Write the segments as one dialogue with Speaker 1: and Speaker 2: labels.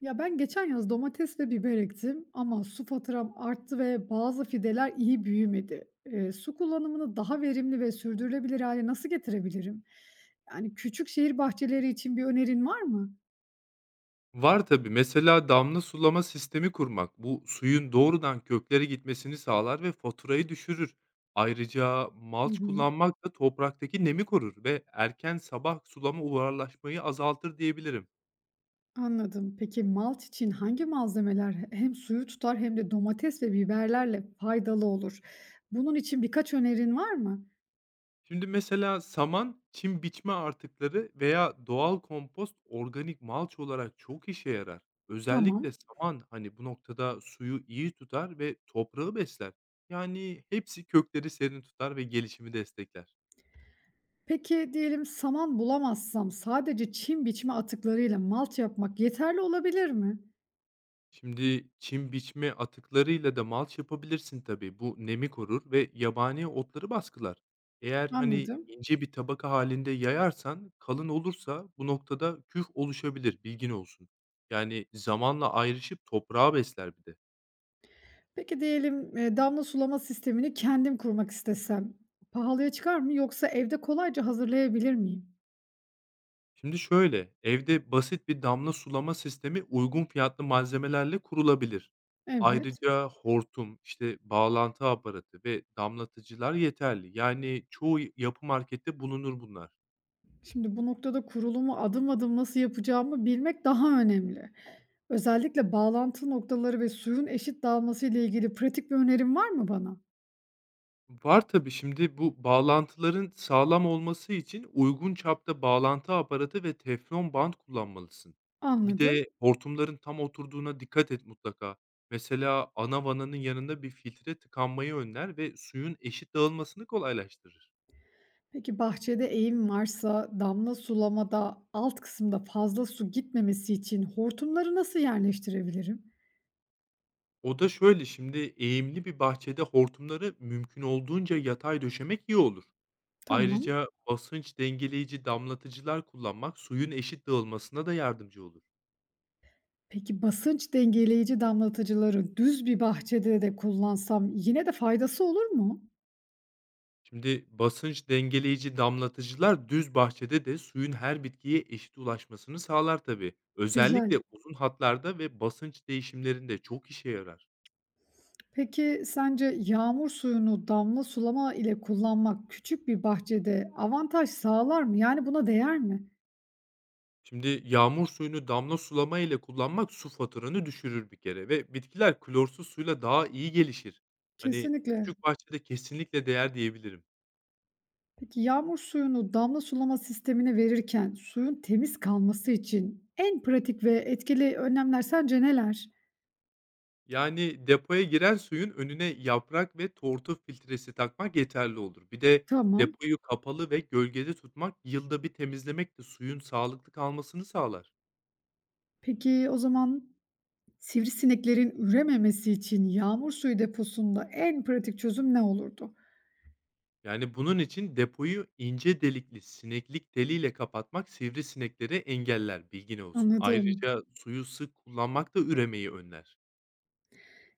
Speaker 1: Ya ben geçen yaz domates ve biber ektim ama su faturam arttı ve bazı fideler iyi büyümedi. Su kullanımını daha verimli ve sürdürülebilir hale nasıl getirebilirim? Yani küçük şehir bahçeleri için bir önerin var mı?
Speaker 2: Var tabii. Mesela damla sulama sistemi kurmak bu suyun doğrudan köklere gitmesini sağlar ve faturayı düşürür. Ayrıca
Speaker 1: Hı
Speaker 2: malç
Speaker 1: hı,
Speaker 2: kullanmak da topraktaki nemi korur ve erken sabah sulama uğrarlaşmayı azaltır diyebilirim.
Speaker 1: anladım. Peki malç için hangi malzemeler hem suyu tutar hem de domates ve biberlerle faydalı olur? Bunun için birkaç önerin var mı?
Speaker 2: Şimdi mesela saman, çim biçme artıkları veya doğal kompost organik malç olarak çok işe yarar. Özellikle
Speaker 1: Tamam.
Speaker 2: saman hani bu noktada suyu iyi tutar ve toprağı besler. Yani hepsi kökleri serin tutar ve gelişimi destekler.
Speaker 1: Peki diyelim saman bulamazsam sadece çim biçme atıklarıyla malç yapmak yeterli olabilir mi?
Speaker 2: Şimdi çim biçme atıklarıyla da malç yapabilirsin tabii. Bu nemi korur ve yabani otları baskılar. Eğer hani
Speaker 1: Anladım.
Speaker 2: ince bir tabaka halinde yayarsan kalın olursa bu noktada küf oluşabilir, bilgin olsun. Yani zamanla ayrışıp toprağa besler bir de.
Speaker 1: Peki diyelim, damla sulama sistemini kendim kurmak istesem pahalıya çıkar mı yoksa evde kolayca hazırlayabilir miyim?
Speaker 2: Şimdi şöyle, evde basit bir damla sulama sistemi uygun fiyatlı malzemelerle kurulabilir.
Speaker 1: Evet.
Speaker 2: Ayrıca hortum, işte, bağlantı aparatı ve damlatıcılar yeterli. Yani çoğu yapı markette bulunur bunlar.
Speaker 1: Şimdi bu noktada kurulumu adım adım nasıl yapacağımı bilmek daha önemli. Özellikle bağlantı noktaları ve suyun eşit dağılması ile ilgili pratik bir önerin var mı bana?
Speaker 2: Var tabii. Şimdi bu bağlantıların sağlam olması için uygun çapta bağlantı aparatı ve teflon bant kullanmalısın. Bir
Speaker 1: Anladım.
Speaker 2: de hortumların tam oturduğuna dikkat et mutlaka. Mesela ana vananın yanında bir filtre tıkanmayı önler ve suyun eşit dağılmasını kolaylaştırır.
Speaker 1: Peki bahçede eğim varsa damla sulamada alt kısımda fazla su gitmemesi için hortumları nasıl yerleştirebilirim?
Speaker 2: O da şöyle, şimdi eğimli bir bahçede hortumları mümkün olduğunca yatay döşemek iyi olur.
Speaker 1: Tamam.
Speaker 2: Ayrıca basınç dengeleyici damlatıcılar kullanmak suyun eşit dağılmasına da yardımcı olur.
Speaker 1: Peki, basınç dengeleyici damlatıcıları düz bir bahçede de kullansam yine de faydası olur mu?
Speaker 2: Şimdi basınç dengeleyici damlatıcılar düz bahçede de suyun her bitkiye eşit ulaşmasını sağlar tabii.
Speaker 1: Güzel.
Speaker 2: Özellikle uzun hatlarda ve basınç değişimlerinde çok işe yarar.
Speaker 1: Peki, sence yağmur suyunu damla sulama ile kullanmak küçük bir bahçede avantaj sağlar mı? Yani buna değer mi?
Speaker 2: Şimdi yağmur suyunu damla sulama ile kullanmak su faturanı düşürür bir kere ve bitkiler klorsuz suyla daha iyi gelişir. Hani
Speaker 1: Kesinlikle.
Speaker 2: küçük bahçede kesinlikle değer diyebilirim.
Speaker 1: Peki, yağmur suyunu damla sulama sistemine verirken suyun temiz kalması için en pratik ve etkili önlemler sence neler?
Speaker 2: Yani depoya giren suyun önüne yaprak ve tortu filtresi takmak yeterli olur. Bir de
Speaker 1: Tamam.
Speaker 2: depoyu kapalı ve gölgede tutmak, yılda bir temizlemek de suyun sağlıklı kalmasını sağlar.
Speaker 1: Peki, o zaman sivrisineklerin ürememesi için yağmur suyu deposunda en pratik çözüm ne olurdu?
Speaker 2: Yani bunun için depoyu ince delikli sineklik teliyle kapatmak sivrisinekleri engeller, bilgin olsun.
Speaker 1: Anladım.
Speaker 2: Ayrıca suyu sık kullanmak da üremeyi önler.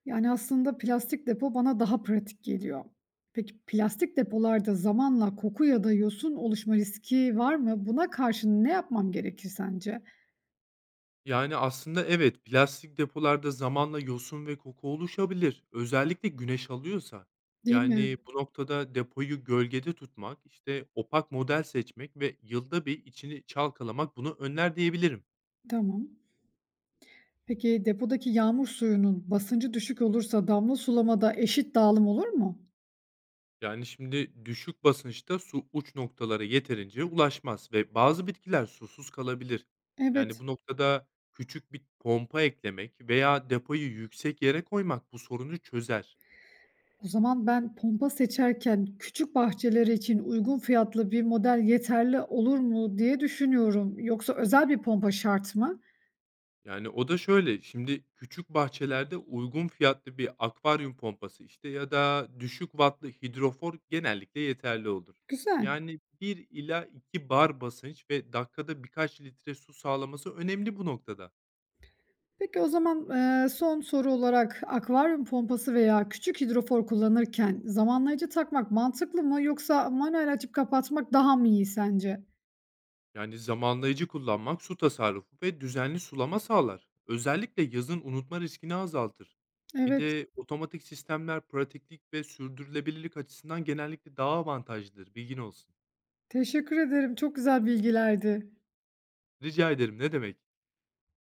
Speaker 1: Yani aslında plastik depo bana daha pratik geliyor. Peki plastik depolarda zamanla koku ya da yosun oluşma riski var mı? Buna karşı ne yapmam gerekir sence?
Speaker 2: Yani, aslında evet, plastik depolarda zamanla yosun ve koku oluşabilir, özellikle güneş alıyorsa.
Speaker 1: Değil mi?
Speaker 2: Yani, bu noktada depoyu gölgede tutmak, işte, opak model seçmek ve yılda bir içini çalkalamak bunu önler diyebilirim.
Speaker 1: Tamam. Peki depodaki yağmur suyunun basıncı düşük olursa damla sulamada eşit dağılım olur mu?
Speaker 2: Yani, şimdi düşük basınçta su uç noktalara yeterince ulaşmaz ve bazı bitkiler susuz kalabilir. Yani,
Speaker 1: Evet.
Speaker 2: bu noktada küçük bir pompa eklemek veya depoyu yüksek yere koymak bu sorunu çözer.
Speaker 1: O zaman ben pompa seçerken küçük bahçeler için uygun fiyatlı bir model yeterli olur mu diye düşünüyorum. Yoksa özel bir pompa şart mı?
Speaker 2: Yani, o da şöyle, şimdi küçük bahçelerde uygun fiyatlı bir akvaryum pompası, işte, ya da düşük wattlı hidrofor genellikle yeterli olur.
Speaker 1: Güzel.
Speaker 2: Yani bir ila 2 bar basınç ve dakikada birkaç litre su sağlaması önemli bu noktada.
Speaker 1: Peki o zaman son soru olarak akvaryum pompası veya küçük hidrofor kullanırken zamanlayıcı takmak mantıklı mı yoksa manuel açıp kapatmak daha mı iyi sence?
Speaker 2: Yani zamanlayıcı kullanmak su tasarrufu ve düzenli sulama sağlar. Özellikle yazın unutma riskini azaltır. Bir
Speaker 1: Evet,
Speaker 2: de otomatik sistemler pratiklik ve sürdürülebilirlik açısından genellikle daha avantajlıdır, bilgin olsun.
Speaker 1: teşekkür ederim. Çok güzel bilgilerdi.
Speaker 2: Rica ederim, ne demek.